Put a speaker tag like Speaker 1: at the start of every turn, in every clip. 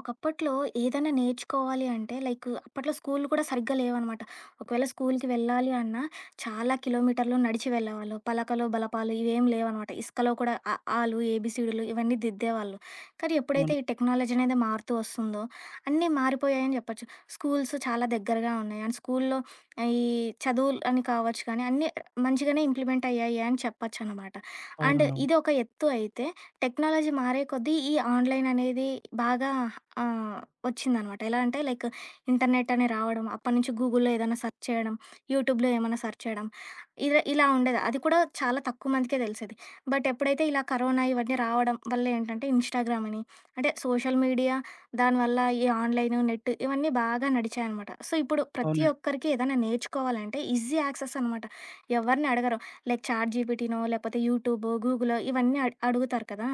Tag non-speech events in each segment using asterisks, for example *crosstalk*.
Speaker 1: ఒకప్పట్లో ఏదైనా నేర్చుకోవాలి అంటే లైక్ అప్పట్లో స్కూళ్ళు కూడా సరిగ్గా లేవనమాట. ఒకవేళ స్కూలుకి వెళ్ళాలి అన్నా చాలా కిలోమీటర్లు నడిచి వెళ్ళేవాళ్ళు. పలకలు, బలపాలు ఇవేం లేవనమాట. ఇసుకలో కూడా అ, ఆలు, ఏబీసీడీలు ఇవన్నీ దిద్దేవాళ్ళు. కానీ ఎప్పుడైతే
Speaker 2: అవును.
Speaker 1: ఈ టెక్నాలజీ అనేది మారుతూ వస్తుందో అన్నీ మారిపోయాయని చెప్పొచ్చు. స్కూల్స్ చాలా దగ్గరగా ఉన్నాయి. అండ్ స్కూల్లో ఈ చదువులు అని కావచ్చు కానీ అన్నీ మంచిగానే ఇంప్లిమెంట్ అయ్యాయి అని చెప్పొచ్చనమాట. అండ్
Speaker 2: అవునండి. అవును.
Speaker 1: ఇది ఒక ఎత్తు అయితే టెక్నాలజీ మారే కొద్దీ ఈ ఆన్‌లైన్ అనేది బాగా ఆ! వచ్చిందనమాట. ఎలా అంటే లైక్ ఇంటర్నెట్ అని రావడం, అప్పటినుంచి గూగుల్‌లో ఏదైనా సెర్చ్ చేయడం, యూట్యూబ్‌లో ఏమన్నా సెర్చ్ చేయడం. ఇలా ఇలా ఉండేది. అది కూడా చాలా తక్కువ మందికే తెలిసేది. బట్ ఎప్పుడైతే ఇలా కరోనా ఇవన్నీ రావడం వల్ల ఏంటంటే ఇన్‌స్టాగ్రామ్ అని అంటే సోషల్ మీడియా దానివల్ల ఈ ఆన్‌లైను, నెట్ ఇవన్నీ బాగా నడిచాయనమాట. సో, ఇప్పుడు ప్రతి
Speaker 2: అవునండి.
Speaker 1: ఒక్కరికి ఏదైనా నేర్చుకోవాలంటే ఈజీ యాక్సెస్ అనమాట. ఎవరిని అడగరు. లైక్ చాట్‌జీపీటీనో లేకపోతే యూట్యూబో, గూగులో ఇవన్నీ అడుగుతారు కదా!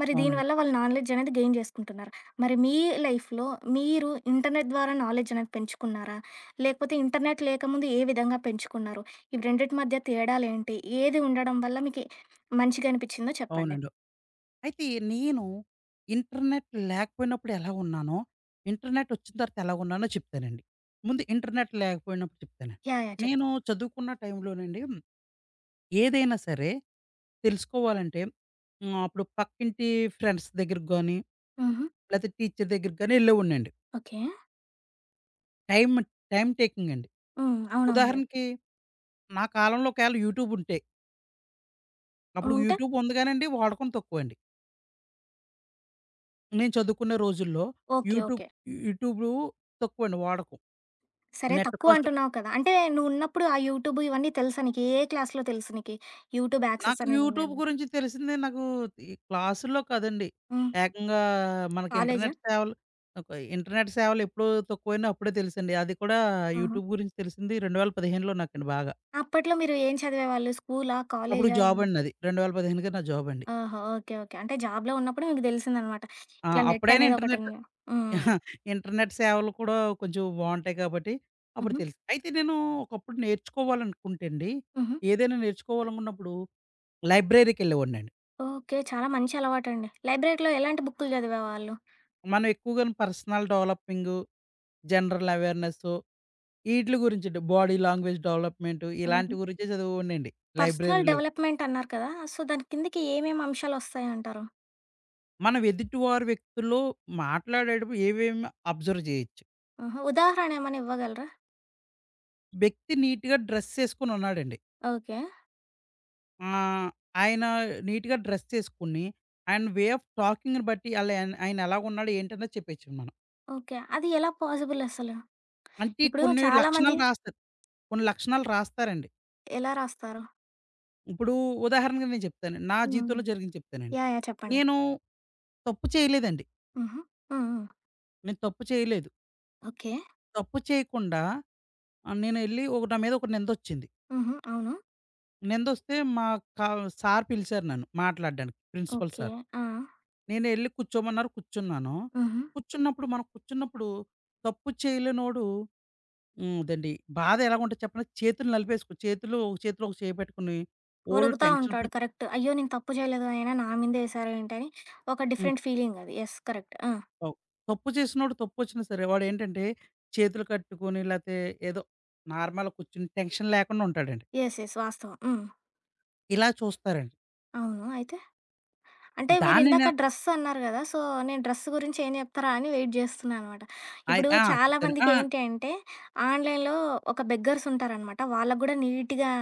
Speaker 1: మరి
Speaker 2: అవునండి.
Speaker 1: దీనివల్ల వాళ్ళు నాలెడ్జ్ అనేది గెయిన్ చేసుకుంటున్నారు. మరి మీ లైఫ్‌లో మీరు ఇంటర్నెట్ ద్వారా నాలెడ్జ్ అనేది పెంచుకున్నారా? లేకపోతే ఇంటర్నెట్ లేకముందు ఏ విధంగా పెంచుకున్నారు? ఇవి రెండిటి మధ్య తేడాలేంటి? ఏది ఉండడం వల్ల మీకి మంచిగా అనిపిచ్చిందో చెప్పండి?
Speaker 2: అవునండి. అయితే నేను ఇంటర్నెట్ లేకపోయినప్పుడు ఎలా ఉన్నానో, ఇంటర్నెట్ వచ్చిన తర్వాత ఎలా ఉన్నానో చెప్తానండి. ముందు ఇంటర్నెట్ లేకపోయినప్పుడు చెప్తాను.
Speaker 1: యాహ్! యాహ్! చెప్పు.
Speaker 2: నేను చదువుకున్న టైంలోనండి ఏదైనా సరే తెలుసుకోవాలంటే అప్పుడు పక్కింటి ఫ్రెండ్స్ దగ్గరికి గాని,
Speaker 1: హుహు.
Speaker 2: లేతే టీచర్ దగ్గరికి గాని ఎళ్ళేవాడినండి.
Speaker 1: ఓకే.
Speaker 2: టైమ్, టైమ్ టేకింగ్ అండి.
Speaker 1: హ్మ్. అవునవునులే.
Speaker 2: ఉదాహరణకి నా కాలంలో ఒకవేళ యూట్యూబ్ ఉంటే, అప్పుడు
Speaker 1: ఉంటే
Speaker 2: యూట్యూబ్ ఉంది గానండి వాడకం తక్కువండి. నేను చదువుకునే రోజుల్లో
Speaker 1: ఓకే.
Speaker 2: YouTube
Speaker 1: okay.
Speaker 2: యూట్యూబు తక్కువండి వాడకం.
Speaker 1: సరే
Speaker 2: నెట్
Speaker 1: తక్కువ
Speaker 2: కాస్ట్
Speaker 1: అంటున్నావు కదా! అంటే నువ్వున్నప్పుడు ఆ యూట్యూబ్ ఇవన్నీ తెలుసా నీకు? ఏ క్లాస్‌లో తెలుసు నీకి? యూట్యూబ్ యాక్సెస్
Speaker 2: నాకు
Speaker 1: అనేది
Speaker 2: యూట్యూబ్
Speaker 1: ఉందని?
Speaker 2: గురించి తెలిసింది నాకు ఈ క్లాసుల్లో కాదండి.
Speaker 1: హ్మ్.
Speaker 2: ఏకంగా మనకి
Speaker 1: కాలేజా?
Speaker 2: ఒక ఇంటర్నెట్ సేవలు ఎప్పుడు తక్కువైనా అప్పుడే తెలుసండి. అది కూడా
Speaker 1: ఆహా!
Speaker 2: యూట్యూబ్ గురించి తెలిసింది 2015లో నాకండి బాగా.
Speaker 1: అప్పట్లో మీరు ఏం చదివేవాళ్ళు? స్కూలా?
Speaker 2: అప్పుడు
Speaker 1: కాలేజా?
Speaker 2: జాబ్ అండి నాది. 2015కే నా జాబ్ అండి.
Speaker 1: ఆహా! ఓకే. ఓకే. అంటే జాబ్‌లో ఉన్నప్పుడు మీకు దెలిసిందనమాట. ఇట్లా నెట్
Speaker 2: అప్పుడైనా
Speaker 1: అనేది ఒకటుంది. హ్మ్.
Speaker 2: *laughs* ఇంటర్నెట్ సేవలు కూడా కొంచెం బావుంటాయి కాబట్టి అప్పుడు
Speaker 1: హుహు.
Speaker 2: తెలుసు. అయితే నేను ఒకప్పుడు నేర్చుకోవాలనుకుంటే అండి,
Speaker 1: హుహు.
Speaker 2: ఏదైనా నేర్చుకోవాలనుకున్నప్పుడు లైబ్రరీకెళ్ళేవాడినండి.
Speaker 1: ఓకే. చాలా మంచి అలవాటండి. లైబ్రరీలో ఎలాంటి బుక్కులు చదివేవాళ్ళు?
Speaker 2: మనం ఎక్కువగాను పర్సనల్ డెవలపింగు, జనరల్ అవేర్‌నెస్సు ఈట్లి గురించండి. బాడీ లాంగ్వేజ్ డెవలప్‌మెంటు ఇలాంటి
Speaker 1: ఆహా!
Speaker 2: గురించే చదివేవాడినండి
Speaker 1: పర్సనల్
Speaker 2: లైబ్రరీలో.
Speaker 1: డెవలప్‌మెంట్ అన్నారు కదా! సో, దాని కిందకి ఏమేమి అంశాలొస్తాయంటారు?
Speaker 2: మనం ఎదుటివారి వ్యక్తుల్లో మాట్లాడేటప్పుడు ఏవేమి అబ్జర్వ్ జేయొచ్చు.
Speaker 1: ఆహా! ఉదాహరణ ఏమైనా ఇవ్వగలరా?
Speaker 2: వ్యక్తి నీట్‌గా డ్రెస్ చేసుకొనున్నాడండి.
Speaker 1: ఓకే.
Speaker 2: ఆహ్, ఆయన నీట్‌గా డ్రెస్ చేసుకొని, ఆయన వే ఆఫ్ టాకింగ్‌ని బట్టి ఆళ్ళ ఆయన ఆయనెలాగున్నాడు ఏంటన్నది చెప్పేయొచ్చండి మనం.
Speaker 1: ఓకే. అది ఎలా పాజిబుల్ అసలు?
Speaker 2: అంటే
Speaker 1: ఇప్పుడు
Speaker 2: కొన్ని
Speaker 1: చాలా మంది
Speaker 2: లక్షణాలు రాస్తారు. కొన్ని లక్షణాలు రాస్తారండి.
Speaker 1: ఎలా రాస్తారు?
Speaker 2: ఇప్పుడు ఉదాహరణకి నేను చెప్తానండి. నా
Speaker 1: హ్మ్.
Speaker 2: జీవితంలో జరిగింది చెప్తానండి.
Speaker 1: యాహ్! యాహ్! చెప్పండి.
Speaker 2: నేను తప్పు చేయలేదండి.
Speaker 1: హుహు. హ్మ్. హ్మ్.
Speaker 2: నేను తప్పు చేయలేదు.
Speaker 1: ఓకే.
Speaker 2: తప్పు చేయకుండా నేనెళ్ళి నా మీద ఒక నిందొచ్చింది.
Speaker 1: హుహు. అవును.
Speaker 2: నిందొస్తే మా క సార్ పిలిచారు నన్ను మాట్లాడడానికి ప్రిన్సిపల్
Speaker 1: ఓకే.
Speaker 2: సార్.
Speaker 1: ఆ!
Speaker 2: నేనెళ్ళి కూర్చోమన్నారు కూర్చున్నాను.
Speaker 1: హుహు.
Speaker 2: కూర్చున్నప్పుడు తప్పు చేయలేనోడు అదండి. బాధ ఎలాగుంటది చెప్పండి? చేతులు నలిపేసుకొని చేతులు ఒక చేతిలో ఒక చేయి పెట్టుకొని వోళ్ళు
Speaker 1: ఒరుగుతా
Speaker 2: టెన్షన్
Speaker 1: ఉంటాడు.
Speaker 2: పడి
Speaker 1: కరెక్ట్. అయ్యో! నేను తప్పు చేయలేదు. అయినా నా మీదే ఏసారేంటి అని ఒక
Speaker 2: హ్మ్.
Speaker 1: డిఫరెంట్ ఫీలింగ్ అది. యెస్. కరెక్ట్. ఆ!
Speaker 2: అవు. తప్పు చేసినోడు తప్పొచ్చినా సరే వాడేంటంటే చేతులు కట్టుకొని లేతే ఏదో నార్మల్‌గా కూర్చొని టెన్షన్ లేకుండా ఉంటాడండి.
Speaker 1: యెస్. యెస్. వాస్తవం. హ్మ్.
Speaker 2: ఇలా చూస్తారండి.
Speaker 1: అవును. అయితే? అంటే
Speaker 2: దాన్ని
Speaker 1: మీరిందాక
Speaker 2: నేను
Speaker 1: డ్రెస్ అన్నారు గదా! సో, నేను డ్రెస్ గురించి ఏం జెప్తారా అని వెయిట్ జేస్తున్నా అనమాట.
Speaker 2: అయి
Speaker 1: ఇప్పుడు
Speaker 2: ఆ! చెప్తాను.
Speaker 1: చాలామందికి ఏంటి అంటే, ఆన్‌లైన్‌లో ఒక బెగ్గర్స్ ఉంటారనమాట. వాళ్ళకి గూడా నీట్‌గా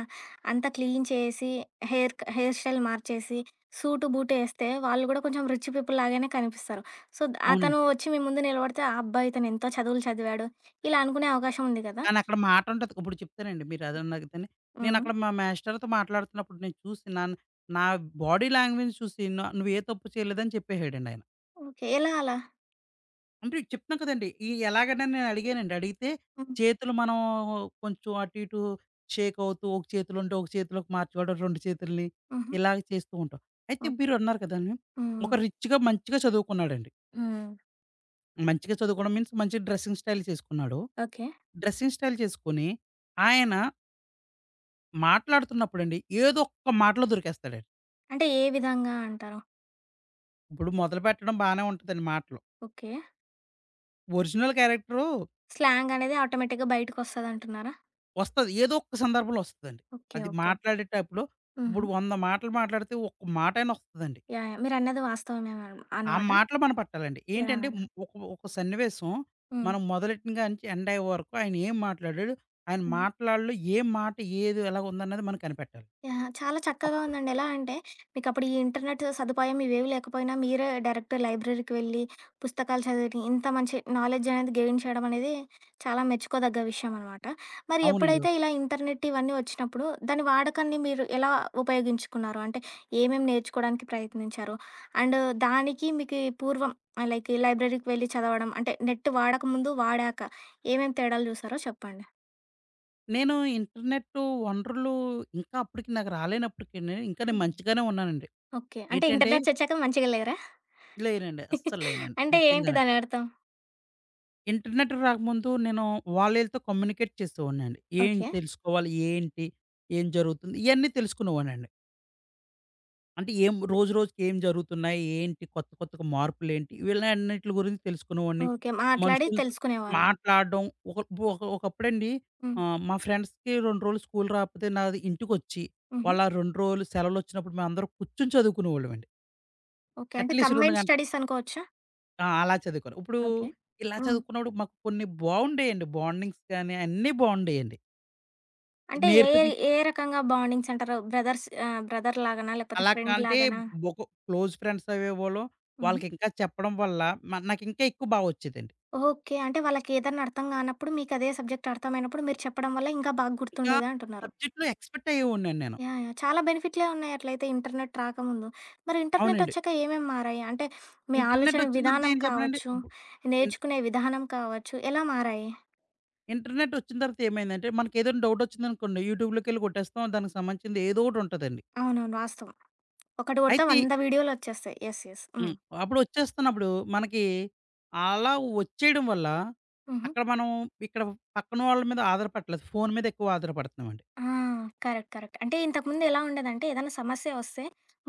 Speaker 1: అంతా క్లీన్ చేసి, హెయిర్ స్టైల్ మార్చేసి, సూటు, బూటు ఏస్తే వాళ్ళు గూడా కొంచెం రిచ్ పీపుల్ లాగానే కనిపిస్తారు. సో, అతను
Speaker 2: అవునండి.
Speaker 1: వచ్చి మీ ముందు నిలబడితే, ఆ అబ్బా! ఇతను ఎంతో చదువులు చదివాడు, ఇలా అనుకునే అవకాశం ఉంది గదా!
Speaker 2: కానీ అక్కడ మాట ఉంటది. ఇప్పుడు చెప్తానండి మీరు అదన్నా ఇదని.
Speaker 1: హ్మ్.
Speaker 2: నేనక్కడ మా మాస్టర్‌తో మాట్లాడుతున్నప్పుడు నేను చూసి నాన్ నా బాడీ లాంగ్వేజ్ చూసి న నువ్వు ఏ తప్పు చేయలేదని చెప్పేసాడండి ఆయన.
Speaker 1: ఓకే. ఎలా అలా?
Speaker 2: అంటే చెప్తున్నాను కదండీ! ఈ ఎలాగని నేను అడిగానండి. అడిగితే
Speaker 1: హ్మ్.
Speaker 2: చేతులు మనం కొంచెం అటు ఇటు షేక్ అవుతూ ఒక చేతిలుంటే ఒక చేతిలోకి మార్చుకోవడం, 2 చేతుల్ని
Speaker 1: హుహు.
Speaker 2: ఇలాగ చేస్తూ ఉంటాం. అయితే
Speaker 1: ఓకే.
Speaker 2: మీరన్నారు కదండీ!
Speaker 1: హ్మ్.
Speaker 2: ఒక రిచ్‌గా మంచిగా చదువుకున్నాడండి.
Speaker 1: హ్మ్.
Speaker 2: మంచిగా చదువుకోవడం మీన్స్ మంచి డ్రెసింగ్ స్టైల్ చేసుకున్నాడు.
Speaker 1: ఓకే.
Speaker 2: డ్రెసింగ్ స్టైల్ చేసుకొని ఆయన మాట్లాడుతున్నప్పుడండి ఏదో ఒక్క మాటలో దొరికేస్తాడండి.
Speaker 1: అంటే ఏ విధంగా అంటారు?
Speaker 2: ఇప్పుడు మొదలుపెట్టడం బానే ఉంటదండి మాటలు.
Speaker 1: ఓకే.
Speaker 2: ఒరిజినల్ క్యారెక్టరు
Speaker 1: స్లాంగ్ అనేది ఆటోమేటిక్‌గా బయటికొస్తదంటున్నారా?
Speaker 2: వస్తది. ఏదో ఒక సందర్భంలో వస్తదండి.
Speaker 1: ఓకే.
Speaker 2: అది
Speaker 1: ఓకే.
Speaker 2: మాట్లాడేటప్పుడు
Speaker 1: హుహు.
Speaker 2: ఇప్పుడు 100 మాటలు మాట్లాడితే ఒక్క మాటైనా వస్తదండి.
Speaker 1: యాహ్! యాహ్! మీరన్నది వాస్తవమే
Speaker 2: ఆ
Speaker 1: అనమాట.
Speaker 2: మాటలు మనం పట్టాలండి.
Speaker 1: యాహ్!
Speaker 2: ఏంటంటే
Speaker 1: యాహ్!
Speaker 2: ఒక ఒక సన్నివేశం
Speaker 1: హ్మ్.
Speaker 2: మనం మొదలెట్టిన కానించి ఎండ్ అయ్యే వరకు ఆయన ఏం మాట్లాడాడు, ఆయన
Speaker 1: హ్మ్.
Speaker 2: మాటలాడలో ఏ మాట ఏది ఎలా ఉందన్నది మనం కనిపెట్టాలి.
Speaker 1: యాహ్! చాలా చక్కగా
Speaker 2: అప్పుడు
Speaker 1: ఉందండి. ఎలా అంటే మీకప్పుడు ఈ ఇంటర్నెట్ సదుపాయం ఇవేవి లేకపోయినా మీరే డైరెక్ట్ లైబ్రరీకి వెళ్ళి, పుస్తకాలు చదివి ఇంత మంచి నాలెడ్జ్ అనేది గెయిన్ చేయడం అనేది చాలా మెచ్చుకోదగ్గ విషయం అనమాట. మరి
Speaker 2: అవునండి.
Speaker 1: ఎప్పుడైతే ఇలా ఇంటర్నెట్ ఇవన్నీ వచ్చినప్పుడు దాని వాడకాన్ని మీరు ఎలా ఉపయోగించుకున్నారు? అంటే ఏమేమి నేర్చుకోవడానికి ప్రయత్నించారు? అండ్ దానికి మీకి పూర్వం లైక్ లైబ్రరీకి వెళ్ళి చదవడం అంటే నెట్ వాడకముందు, వాడాక ఏమేమి తేడాలు చూసారో చెప్పండి?
Speaker 2: నేను ఇంటర్నెట్ వనరులు ఇంకా అప్పటికి నాకు రాలేనప్పటికి నేను మంచిగానే ఉన్నానండి.
Speaker 1: ఓకే. అంటే
Speaker 2: ఏంటంటే
Speaker 1: ఇంటర్నెట్స్ వచ్చాక మంచిగా లేరా?
Speaker 2: లేనండి. అస్సలు లేనండి.
Speaker 1: అంటే ఏంటి
Speaker 2: నిజంగానే.
Speaker 1: దానర్థం?
Speaker 2: ఇంటర్నెట్ రాకముందు నేను వాళ్ళీళ్ళతో కమ్యూనికేట్ చేసేవాడినండి. ఏం
Speaker 1: ఓకే.
Speaker 2: తెలుసుకోవాలి? ఏంటి? ఏం జరుగుతుంది? ఇయన్నీ తెలుసుకునేవాడినండి. అంటే ఏం రోజు రోజుకి ఏం జరుగుతున్నాయి? ఏంటి? కొత్త కొత్తగా మార్పులేంటి? వీళ్ళన్నిట్లి గురించి తెలుసుకునేవాడిని.
Speaker 1: ఓకే. మాట్లాడి
Speaker 2: మనుషులతో
Speaker 1: తెలుసుకునేవాళ్ళు.
Speaker 2: మాట్లాడడం ఒక ఒక ఒకప్పుడండి
Speaker 1: హ్మ్.
Speaker 2: మా ఫ్రెండ్స్‌కి 2 రోజులు స్కూల్ రాకపోతే నాది ఇంటికొచ్చి,
Speaker 1: హుహు.
Speaker 2: వాళ్ళ 2 రోజులు సెలవులొచ్చినప్పుడు మేమందరం కూర్చొని చదువుకునేవాళ్ళమండి.
Speaker 1: ఓకే. అంటే అట్లా.
Speaker 2: అట్‌లీస్ట్ 2
Speaker 1: కంబైన్డ్
Speaker 2: గంటలు
Speaker 1: స్టడీస్ అనుకోవచ్చా?
Speaker 2: అలా చదువుకోను.
Speaker 1: ఓకే.
Speaker 2: ఇలా
Speaker 1: హ్మ్.
Speaker 2: చదువుకున్నప్పుడు మాకు కొన్ని బావుండేయండి. బాండింగ్స్ కానీ అన్నీ బావుండేయండి.
Speaker 1: అంటే ఏ ఏ
Speaker 2: నేర్పిది
Speaker 1: ఏ రకంగా బాండింగ్స్ అంటారు? బ్రదర్స్ ఆహ్, బ్రదర్ లాగానా? లేకపోతే
Speaker 2: అలా
Speaker 1: ఫ్రెండ్
Speaker 2: కంటే
Speaker 1: లాగానా?
Speaker 2: ఒక క్లోజ్ ఫ్రెండ్స్ అయ్యేవాళ్ళం.
Speaker 1: హుహు.
Speaker 2: వాళ్ళకి ఇంకా చెప్పడం వల్ల నాకింకా ఎక్కువ వచ్చేదండి.
Speaker 1: ఓకే. అంటే వాళ్ళకేదన్నా అర్థం కానప్పుడు మీకదే సబ్జెక్ట్ అర్థమైనప్పుడు మీరు చెప్పడం వల్ల ఇంకా బాగా
Speaker 2: ఇంకా
Speaker 1: గుర్తుండేదా అంటున్నారు.
Speaker 2: సబ్జెక్ట్‌లో ఎక్స్‌పర్ట్ అయ్యేవాడినండి నేను.
Speaker 1: యాహ్! యాహ్! చాలా బెనిఫిట్‌లే ఉన్నాయి అట్లయితే ఇంటర్నెట్ రాకముందు. మరి ఇంటర్నెట్
Speaker 2: అవునండి.
Speaker 1: వచ్చాక ఏమేమి మారాయి? అంటే మీ
Speaker 2: ఇంటర్నెట్
Speaker 1: ఆలోచన
Speaker 2: వచ్చిన తర్వాత
Speaker 1: విధానం
Speaker 2: ఏం చెప్పనండి
Speaker 1: కావచ్చు,
Speaker 2: ఇప్పుడు ఇంట్
Speaker 1: నేర్చుకునే విధానం కావచ్చు, ఎలా మారాయి?
Speaker 2: ఇంటర్నెట్ వచ్చిన తర్వాత ఏమైందంటే మనకేదైనా డౌట్ వచ్చిందనుకోండి యూట్యూబ్‌లోకెళ్ళి కొట్టేస్తాం. దానికి సంబంధించింది ఏదో ఒకటి ఉంటదండి.
Speaker 1: అవునవును. వాస్తవం. ఒకటి కొడితే
Speaker 2: అయితే
Speaker 1: 100 వీడియోలొచ్చేస్తాయి. యెస్. యెస్.
Speaker 2: హ్మ్. అప్పుడొచ్చేస్తున్నప్పుడు మనకి అలా వచ్చేయడం వల్ల,
Speaker 1: హ్మ్.
Speaker 2: అక్కడ మనం ఇక్కడ పక్కన వాళ్ళ మీద ఆధారపడట్లేదు. ఫోను మీద ఎక్కువ ఆధారపడుతున్నామండి.
Speaker 1: ఆ! కరెక్ట్. కరెక్ట్. అంటే ఇంతకుముందు ఎలా ఉండేదంటే ఏదైనా సమస్య వస్తే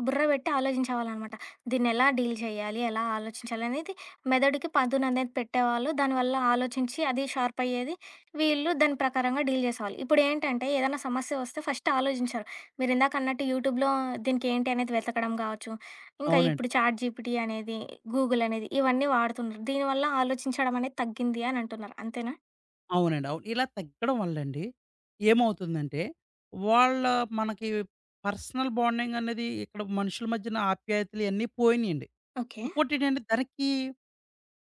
Speaker 1: బుర్ర పెట్టి ఆలోచించేవాళ్ళనమాట. దీన్నెలా డీల్ చేయాలి? ఎలా ఆలోచించాలి? అనేది మెదడుకి పదుననేది పెట్టేవాళ్ళు. దానివల్ల ఆలోచించి అది షార్ప్ అయ్యేది. వీళ్ళు దాని ప్రకారంగా డీల్ చేసేవాళ్ళు. ఇప్పుడేంటంటే ఏదైనా సమస్య వస్తే ఫస్ట్ ఆలోచించరు. మీరిందాక అన్నట్టు యూట్యూబ్‌లో దీనికేంటి అనేది వెతకడం కావచ్చు. ఇంకా
Speaker 2: అవునండి.
Speaker 1: ఇప్పుడు చాట్ జీపీటీ అనేది, గూగుల్ అనేది ఇవన్నీ వాడుతున్నారు. దీనివల్ల ఆలోచించడం అనేది తగ్గింది అని అంటున్నారు. అంతేనా?
Speaker 2: అవునండి. అవును. ఇలా తగ్గడం వల్లండి ఏమవుతుందంటే, వాళ్ళ మనకి పర్సనల్ బాండింగ్ అనేది ఇక్కడ మనుషుల మధ్యన ఆప్యాయతలు ఇయన్నీ పోయినియండి.
Speaker 1: ఓకే.
Speaker 2: ఇంకోటేంటంటే దానికి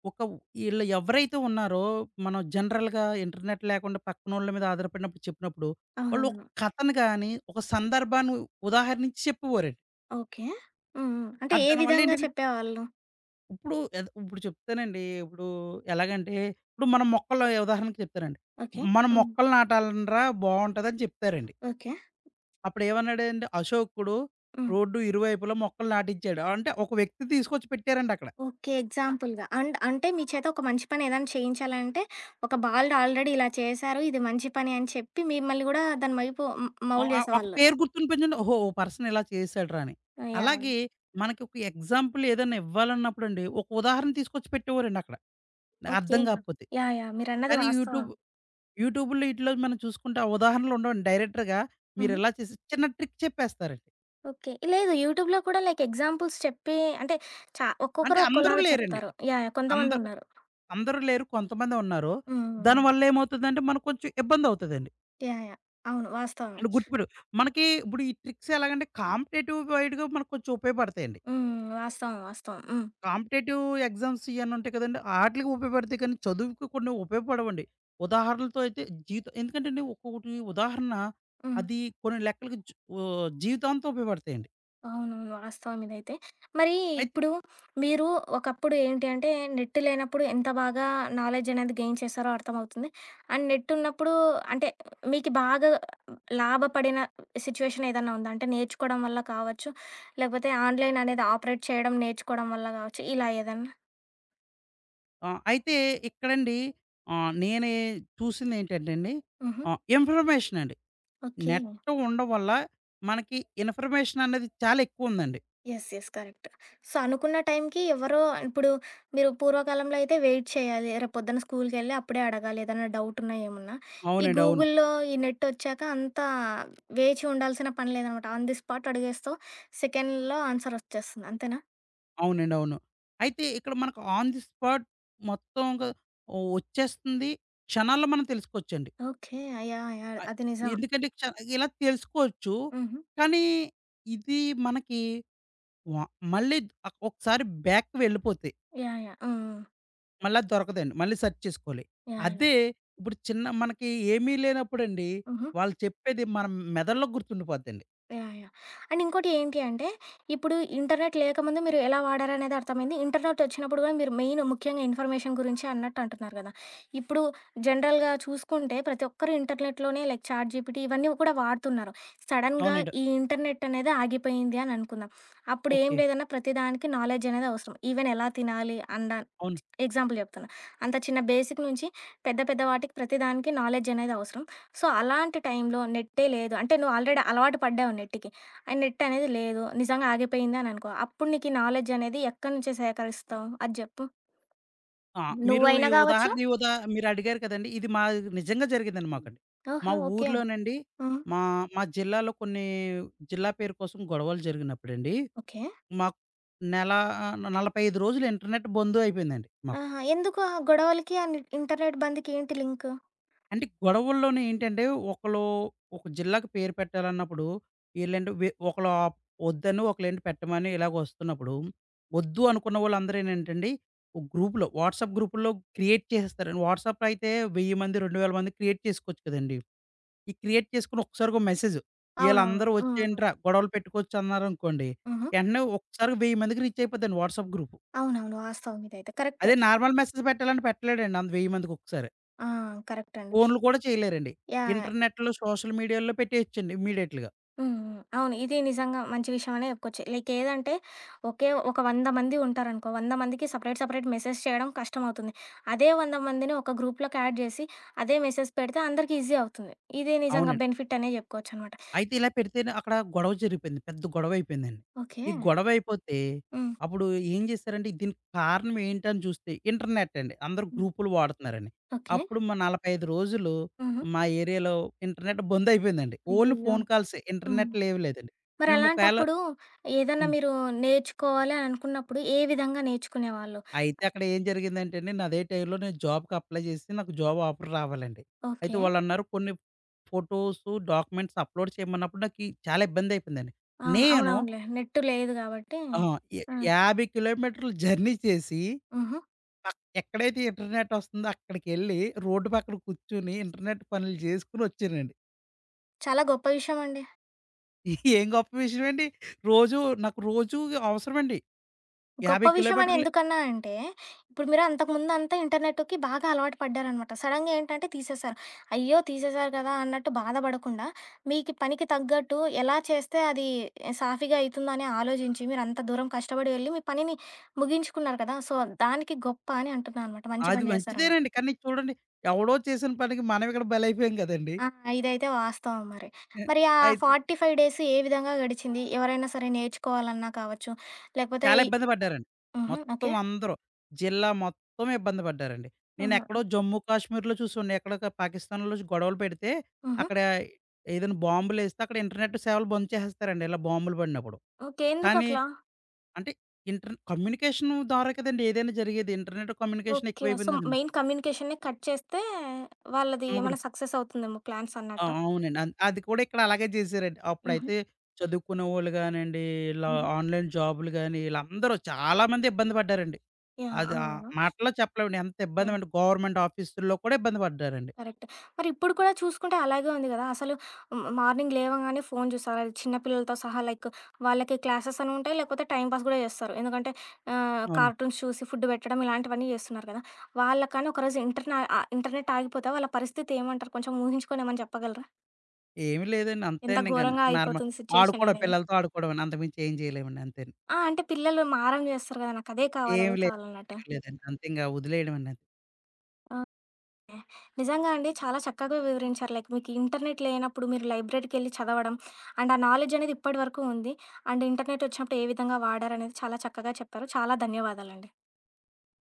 Speaker 2: ఒక ఈళ్ళు ఎవరైతే ఉన్నారో, మనం జనరల్‌గా ఇంటర్నెట్ లేకుండా పక్కనోళ్ళ మీద ఆధారపడినప్పుడు చెప్పినప్పుడు, వాళ్ళు ఒక
Speaker 1: అవునవును.
Speaker 2: కథను గాని, ఒక సందర్భాన్ని ఉదాహరణించి చెప్పేవారండి.
Speaker 1: ఓకే. హ్మ్. హ్మ్. అంటే
Speaker 2: అది
Speaker 1: ఏ
Speaker 2: దానివల్ల
Speaker 1: విధంగా
Speaker 2: ఏంటంటే
Speaker 1: చెప్పేవాళ్ళు?
Speaker 2: ఇప్పుడు చెప్తానండి. ఇప్పుడు ఎలాగంటే, ఇప్పుడు మనం మొక్కలు ఉదాహరణకి చెప్తానండి.
Speaker 1: ఓకే.
Speaker 2: మనం
Speaker 1: హ్మ్.
Speaker 2: మొక్కలు నాటాలండ్రా బావుంటదని చెప్తారండి.
Speaker 1: ఓకే.
Speaker 2: అప్పుడేమన్నాడండి అశోకుడు
Speaker 1: హ్మ్.
Speaker 2: రోడ్డు ఇరువైపులా మొక్కలు నాటించాడు. అంటే ఒక వ్యక్తి తీసుకొచ్చి పెట్టారండి అక్కడ.
Speaker 1: ఓకే. ఎగ్జాంపుల్‌గా. అండ్ అంటే మీ చేత ఒక మంచి పని ఏదైనా చేయించాలంటే, ఒక బాలుడు ఆల్రెడీ ఇలా చేశారు. ఇది మంచి పని అని చెప్పి మిమ్మల్ని గూడా దాని వైపు మ్ మౌలు
Speaker 2: ఒక
Speaker 1: చేసేవాళ్ళు.
Speaker 2: పేరు గుర్తుని పెంచండి. ఓహో! ఓ పర్సన్ ఇలా చేసాడురా అని.
Speaker 1: యాహ్!
Speaker 2: అలాగే మనకి ఒక ఎగ్జాంపుల్ ఏదైనా ఇవ్వాలన్నప్పుడండి, ఒక ఉదాహరణ తీసుకొచ్చి పెట్టేవారండి అక్కడ.
Speaker 1: ఓకే.
Speaker 2: అర్థం కాకపోతే.
Speaker 1: యాహ్! యాహ్! మీరన్నది
Speaker 2: కానీ
Speaker 1: వాస్తవం.
Speaker 2: యూట్యూబ్‌లో ఈటిలో మనం చూసుకుంటే ఆ ఉదాహరణలు ఉండవండి. డైరెక్టర్‌గా
Speaker 1: హుహు.
Speaker 2: మీరిలా చేసి చిన్న ట్రిక్ చెప్పేస్తారండి.
Speaker 1: ఓకే. లేదు యూట్యూబ్‌లో కూడా లైక్ ఎగ్జాంపుల్స్ చెప్పి అంటే చా
Speaker 2: అంటే
Speaker 1: ఒక్కొక్కరు
Speaker 2: అందరూ
Speaker 1: ఒక్కోలాగా
Speaker 2: లేరండి.
Speaker 1: చెప్తారు. యాహ్! యాహ్!
Speaker 2: అందరు
Speaker 1: కొంతమందున్నారు.
Speaker 2: అందరూ లేరు. కొంతమందే ఉన్నారు.
Speaker 1: హ్మ్. హ్మ్. హ్మ్.
Speaker 2: దానివల్ల ఏమవుతదంటే మనకు కొంచెం ఇబ్బందవుతదండి.
Speaker 1: యాహ్! యాహ్! అవును. వాస్తవమే.
Speaker 2: అంటే గుర్తుపెట్టు మనకి ఇప్పుడు ఈ ట్రిక్స్ ఎలాగంటే కాంపిటేటివ్ వైడ్‌గా మనకు కొంచెం ఉపయోగపడతాయండి.
Speaker 1: హ్మ్. వాస్తవం. వాస్తవం. హ్మ్.
Speaker 2: కాంపిటేటివ్ ఎగ్జామ్స్ ఇయన్నీ ఉంటాయి కదండీ! ఆటిలకి ఉపయోగపడతాయి కానీ, చదువుకి కొన్ని ఉపయోగపడవండి. ఉదాహరణలతో అయితే జీవితం ఎందుకంటే అండి, ఒక్కొక్కటి ఉదాహరణ
Speaker 1: హ్మ్.
Speaker 2: అది కొన్ని లెక్కలకి జు ఓహ్! జీవితాంతం ఉపయోగపడతాయండి.
Speaker 1: అవునవును. వాస్తవం ఇదైతే. మరి
Speaker 2: అయితే
Speaker 1: ఇప్పుడు మీరు ఒకప్పుడు ఏంటి అంటే నెట్ లేనప్పుడు ఎంత బాగా నాలెడ్జ్ అనేది గెయిన్ చేశారో అర్థమవుతుంది. అండ్ నెట్ ఉన్నప్పుడు అంటే మీకు బాగా లాభపడిన సిట్యుయేషన్ ఏదన్నా ఉందా? అంటే నేర్చుకోవడం వల్ల కావచ్చు, లేకపోతే ఆన్‌లైన్ అనేది ఆపరేట్ చేయడం నేర్చుకోవడం వల్ల కావచ్చు ఇలా ఏదన్నా?
Speaker 2: అయితే ఇక్కడండి నేనే చూసిందేంటంటే అండి
Speaker 1: హుహు.
Speaker 2: ఇన్ఫర్మేషన్ అండి.
Speaker 1: ఓకే.
Speaker 2: నెట్ ఉండడం వల్ల మనకి ఇన్ఫర్మేషన్ అనేది చాలా ఎక్కువుందండి.
Speaker 1: యెస్. యెస్. కరెక్ట్. సో, అనుకున్న టైంకి ఎవరో ఇప్పుడు మీరు పూర్వకాలంలో అయితే వెయిట్ చేయాలి. రేపొద్దున స్కూల్‌కెళ్ళి అప్పుడే అడగాలి ఏదైనా డౌటున్నా, ఏమున్నా. ఈ
Speaker 2: అవునండి. అవును.
Speaker 1: గూగుల్‌లో ఈ నెట్టొచ్చాక అంతా వేచి ఉండాల్సిన పని లేదనమాట. ఆన్ ది స్పాట్ అడిగేస్తావు. సెకండ్‌లో ఆన్సర్ ఒచ్చేస్తుంది. అంతేనా?
Speaker 2: అవునండి. అవును. అయితే ఇక్కడ మనకు ఆన్ ది స్పాట్ మొత్తంగా వచ్చేస్తుంది. క్షణాల్లో మనం తెలుసుకోవచ్చండి.
Speaker 1: ఓకే. యాహ్! యాహ్!
Speaker 2: ఆహ్,
Speaker 1: అది నిజం.
Speaker 2: ఎందుకంటే క్ష ఇలా తెలుసుకోవచ్చు.
Speaker 1: హుహు.
Speaker 2: కానీ ఇది మనకి వ మళ్ళీ ఒకసారి బ్యాక్‌కి వెళ్ళిపోతే
Speaker 1: యాహ్! యాహ్! హ్మ్. హ్మ్.
Speaker 2: మళ్ళా దొరకదండి. మళ్ళీ సెర్చ్ చేసుకోవాలి.
Speaker 1: యాహ్! యాహ్!
Speaker 2: అదే ఇప్పుడు చిన్న మనకి ఏమీ లేనప్పుడండి,
Speaker 1: హుహు.
Speaker 2: వాళ్ళు చెప్పేది మన మెదడులో గుర్తుండిపోద్దండి.
Speaker 1: యాహ్! యాహ్! అండ్ ఇంకోటి ఏంటి అంటే, ఇప్పుడు ఇంటర్నెట్ లేకముందు మీరు ఎలా వాడారనేది అర్థమైంది. ఇంటర్నెట్ వచ్చినప్పుడు కూడా మీరు మెయిన్ ముఖ్యంగా ఇన్ఫర్మేషన్ గురించి అన్నట్టు అంటున్నారు కదా! ఇప్పుడు జనరల్‌గా చూసుకుంటే ప్రతి ఒక్కరు ఇంటర్నెట్‌లోనే లైక్ చాట్‌జీపీటీ ఇవన్నీ కూడా వాడుతున్నారు. సడెన్‌గా
Speaker 2: అవునండి.
Speaker 1: ఈ ఇంటర్నెట్ అనేది ఆగిపోయింది అని అనుకుందాం. అప్పుడు ఏం
Speaker 2: ఓకే.
Speaker 1: లేదన్నా ప్రతి దానికి నాలెడ్జ్ అనేది అవసరం. ఈవెన్ ఎలా తినాలి? అండా
Speaker 2: అవును.
Speaker 1: ఎగ్జాంపుల్ చెప్తున్నా. అంత చిన్న బేసిక్ నుంచి పెద్ద పెద్ద వాటికి ప్రతి దానికి నాలెడ్జ్ అనేది అవసరం. సో, అలాంటి టైంలో నెట్టే లేదు అంటే నువ్వు ఆల్రెడీ అలవాటు పడ్డావు నెట్‌కి. అండ్ నెట్ అనేది లేదు. నిజంగా ఆగిపోయింది అని అనుకో. అప్పుడు నీకు ఈ నాలెడ్జ్ అనేది ఎక్కడి నుంచి సేకరిస్తావు? అది చెప్పు.
Speaker 2: ఆ! మీరు
Speaker 1: నువ్వైనా
Speaker 2: ఈ
Speaker 1: గావచ్చు.
Speaker 2: ఉదాహరణ ఈ ఉదా మీరడిగారు కదండీ! ఇది మా నిజంగా జరిగిందండి మాకండి. మా
Speaker 1: ఓహో! ఓకే.
Speaker 2: ఊర్లోనండి
Speaker 1: హ్మ్.
Speaker 2: మా మా జిల్లాలో కొన్ని జిల్లా పేరు కోసం గొడవలు జరిగినప్పుడండి,
Speaker 1: ఓకే.
Speaker 2: మాకు నెల 45 రోజులు ఇంటర్నెట్ బంద్ అయిపోయిందండి మాకు.
Speaker 1: ఆహా! ఎందుకు ఆ గొడవలకి అండ్ ఇంటర్నెట్ బంద్‌కి ఏంటి లింకు?
Speaker 2: అంటే గొడవల్లోనే ఏంటంటే ఒకళ్ళు ఒక జిల్లాకు పేరు పెట్టాలన్నప్పుడు ఈళ్ళేంటి వె ఒకళ్ళు ఆప్ వద్దని ఒకళ్ళేంటి పెట్టమని ఇలాగ వస్తున్నప్పుడు, వద్దు అనుకున్న వాళ్ళందరూ ఏంటండి ఒక గ్రూప్‌లో వాట్సాప్ గ్రూపుల్లో క్రియేట్ చేసేస్తారండి. వాట్సాప్‌లో అయితే 1000 మంది, 2000 మంది క్రియేట్ చేసుకోవచ్చు కదండీ! ఈ క్రియేట్ చేసుకొని ఒక్కసారిగా ఒక మెసేజ్
Speaker 1: అవునవును.
Speaker 2: "ఈళ్ళందరూ
Speaker 1: హ్మ్.
Speaker 2: వచ్చేయండిరా గొడవలు పెట్టుకోవచ్చు" అన్నారనుకోండి.
Speaker 1: హుహు.
Speaker 2: వెంటనే ఒక్కసారిగా 1000 మందికి రీచ్ అయిపోద్దండి వాట్సాప్ గ్రూపు.
Speaker 1: అవునవును. వాస్తవం ఇదైతే. కరెక్ట్.
Speaker 2: అదే నార్మల్ మెసేజ్ పెట్టాలంటే పెట్టలేడండి అంత 1000 మందికి ఒకసారి.
Speaker 1: ఆ! కరెక్ట్ అండి.
Speaker 2: ఫోనులు కూడా చేయలేరండి.
Speaker 1: యాహ్!
Speaker 2: ఇంటర్నెట్‌లో, సోషల్ మీడియాలో పెట్టేయొచ్చండి ఇమ్మీడియేట్‌గా.
Speaker 1: హ్మ్. హ్మ్. అవును. ఇది నిజంగా మంచి విషయమనే చెప్పుకోవచ్చు. లైక్ ఏదంటే ఒకే ఒక 100 మంది ఉంటారనుకో, 100 మందికి సెపరేట్, సెపరేట్ మెసేజ్ చేయడం కష్టమవుతుంది. అదే 100 మందిని ఒక గ్రూప్‌లోకి యాడ్ చేసి అదే మెసేజ్ పెడితే అందరికి ఈజీ అవుతుంది. ఇదే నిజంగా
Speaker 2: అవునండి.
Speaker 1: బెనిఫిట్ అనే చెప్పుకోవచ్చనమాట.
Speaker 2: అయితే ఇలా పెడితేనే అక్కడ గొడవ జరిగిపోయింది. పెద్ద గొడవయిపోయిందండి.
Speaker 1: ఓకే.
Speaker 2: ఈ గొడవయిపోతే
Speaker 1: హ్మ్.
Speaker 2: అప్పుడు ఏం చేశారంటే దీనికి కారణం ఏంటని చూస్తే ఇంటర్నెట్ అండి. అందరూ
Speaker 1: హ్మ్.
Speaker 2: గ్రూపులు వాడుతున్నారండి.
Speaker 1: ఓకే.
Speaker 2: అప్పుడు మా 45 రోజులు
Speaker 1: హుహు.
Speaker 2: మా ఏరియాలో ఇంటర్నెట్ బందయిపోయిందండి. ఓన్లీ
Speaker 1: అయ్యయ్యో!
Speaker 2: ఫోను కాల్సే
Speaker 1: హ్మ్.
Speaker 2: ఇంటర్నెట్ లేవు లేదండి. మేము ఒకవేళ
Speaker 1: మరలాంటప్పుడు ఏదన్నా
Speaker 2: హ్మ్.
Speaker 1: మీరు నేర్చుకోవాలి అని అనుకున్నప్పుడు ఏ విధంగా నేర్చుకునేవాళ్ళు?
Speaker 2: అయితే అక్కడ ఏం జరిగిందంటేండి, నాదే టైంలో నేను జాబ్‌కి అప్లై చేసి నాకు జాబ్ ఆఫర్ రావాలండి. అయితే
Speaker 1: ఓకే.
Speaker 2: వాళ్ళన్నారు కొన్ని ఫోటోసు, డాక్యుమెంట్స్ అప్‌లోడ్ చేయమన్నప్పుడు నాకి చాలా ఇబ్బందయిపోయిందండి.
Speaker 1: ఆ!
Speaker 2: నేను
Speaker 1: అవునవునులే. నెట్ లేదు కాబట్టి
Speaker 2: ఆహ్, యా
Speaker 1: ఆ!
Speaker 2: 50 కిలోమీటర్లు జర్నీ చేసి
Speaker 1: హుహు.
Speaker 2: ఎక్కడైతే ఇంటర్నెట్ వస్తుందో అక్కడికెళ్ళి రోడ్డు పక్కన కూర్చొని ఇంటర్నెట్ పనులు చేసుకొని వచ్చానండి.
Speaker 1: చాలా గొప్ప విషయమండి.
Speaker 2: ఏం గొప్ప విషయం అండి. రోజు నాకు రోజు అవసరమండి.
Speaker 1: గొప్ప
Speaker 2: 50
Speaker 1: విషయమని
Speaker 2: కిలోమీటర్లు
Speaker 1: ఎందుకన్నా అంటే, ఇప్పుడు మీరు అంతకుముందంతా ఇంటర్నెట్‌కి బాగా అలవాటు పడ్డారనమాట. సడెన్‌గా ఏంటంటే తీసేశారు. అయ్యో! తీసేశారు కదా అన్నట్టు బాధపడకుండా, మీకి పనికి తగ్గట్టు ఎలా చేస్తే అది సాఫీగా అయితుందని ఆలోచించి, మీరంత దూరం కష్టపడి వెళ్లి మీ పనిని ముగించుకున్నారు కదా! సో, దానికి గొప్ప అని అంటున్నా అనమాట. మంచి
Speaker 2: అది
Speaker 1: పని చేశారని.
Speaker 2: మంచిదేనండి. కానీ చూడండి ఎవడో చేసిన పనికి మనం ఇక్కడ బలైపోయాం కదండీ!
Speaker 1: ఆ! ఇదైతే వాస్తవం మరి.
Speaker 2: ఎ
Speaker 1: మరి ఆ
Speaker 2: అయితే
Speaker 1: 45 డేస్ ఏ విధంగా గడిచింది? ఎవరైనా సరే నేర్చుకోవాలన్నా కావచ్చు, లేకపోతే
Speaker 2: చాలా
Speaker 1: ఈ
Speaker 2: ఇబ్బంది పడ్డారండి.
Speaker 1: హుహు.
Speaker 2: మొత్తం
Speaker 1: ఓకే.
Speaker 2: అందరూ. జిల్లా మొత్తం ఇబ్బంది పడ్డారండి.
Speaker 1: హుహు.
Speaker 2: నేనెక్కడో జమ్మూ కాశ్మీర్‌లో చూసాండి. ఎక్కడొక పాకిస్తాన్‌లో గొడవలు పెడితే,
Speaker 1: హుహు.
Speaker 2: అక్కడ ఏదైనా బాంబులేస్తే అక్కడ ఇంటర్నెట్ సేవలు బంద్ చేసేస్తారండి. ఇలా బాంబులు పడినప్పుడు.
Speaker 1: ఓకే.
Speaker 2: కానీ
Speaker 1: ఎందుకట్లా?
Speaker 2: అంటే ఇంటర్ కమ్యూనికేషన్ ద్వారా కదండీ ఏదైనా జరిగేది. Internet communication
Speaker 1: okay. సో,
Speaker 2: ఎక్కువైపోయింది కదండీ.
Speaker 1: మెయిన్ కమ్యూనికేషన్‌ని కట్ చేస్తే వాళ్ళది
Speaker 2: అప్పుడు
Speaker 1: ఏమైనా సక్సెస్ అవుతుందేమో ప్లాన్స్
Speaker 2: ఆ!
Speaker 1: అన్నట్టా?
Speaker 2: అవునండి. అది కూడా ఇక్కడ అలాగే చేశారండి.
Speaker 1: హుహు.
Speaker 2: అప్పుడైతే చదువుకునేవాళ్ళు గానండి, ఇలా
Speaker 1: హుహు.
Speaker 2: ఆన్‌లైన్ జాబులు గాని, ఈళ్ళందరూ చాలా మంది ఇబ్బంది పడ్డారండి.
Speaker 1: యాహ్!
Speaker 2: అది ఆ
Speaker 1: అవునవును.
Speaker 2: మాటల్లో చెప్పలేమండి. ఎంత
Speaker 1: యాహ్!
Speaker 2: ఇబ్బందిమంటే గవర్నమెంట్ ఆఫీసుల్లో కూడా ఇబ్బంది పడ్డారండి.
Speaker 1: కరెక్ట్. మరి ఇప్పుడు కూడా చూసుకుంటే అలాగే ఉంది గదా! అసలు మార్నింగ్ లేవగానే ఫోను చూస్తారు. అది చిన్న పిల్లలతో సహా లైక్ వాళ్ళకి క్లాసెస్ అని ఉంటాయి, లేకపోతే టైమ్ పాస్ గూడా చేస్తారు. ఎందుకంటే ఆహ్,
Speaker 2: అవునండి.
Speaker 1: కార్టూన్స్ చూసి ఫుడ్ పెట్టడం ఇలాంటివన్నీ చేస్తున్నారు గదా! వాళ్ళకని ఒకరోజు ఇంటర్నెట్ ఆగిపోతే వాళ్ళ పరిస్థితి ఏమంటారు? కొంచెం ఊహించుకొని ఏమన్నా చెప్పగలరా?
Speaker 2: ఏమి లేదండి
Speaker 1: ఎంత
Speaker 2: అంతేండి ఇంక
Speaker 1: ఘోరంగా
Speaker 2: నార్మల్
Speaker 1: అయిపోతుంది సిట్యుయేషన్
Speaker 2: ఆడుకోవడం
Speaker 1: అనేది?
Speaker 2: పిల్లలతో ఆడుకోవడమేనండి. అంతకుమించి ఏం చేయలేమండి అంతేను.
Speaker 1: ఆ! అంటే పిల్లలు మారం జేస్తారు గదా! నాకదే కావాలి, అదే
Speaker 2: ఏమి లేదు.
Speaker 1: కావాలన్నట్టు.
Speaker 2: ఏమి లేదండి. అంతే ఇంక వదిలేయడమేనంతే.
Speaker 1: ఓకే. నిజంగా అండి చాలా చక్కగా వివరించారు. లైక్ మీకు ఇంటర్నెట్ లేనప్పుడు మీరు లైబ్రరీకెళ్ళి చదవడం, అండ్ ఆ నాలెడ్జ్ అనేది ఇప్పటి వరకు ఉంది. అండ్ ఇంటర్నెట్ వచ్చినప్పుడు ఏ విధంగా వాడారనేది చాలా చక్కగా చెప్పారు. చాలా ధన్యవాదాలండి.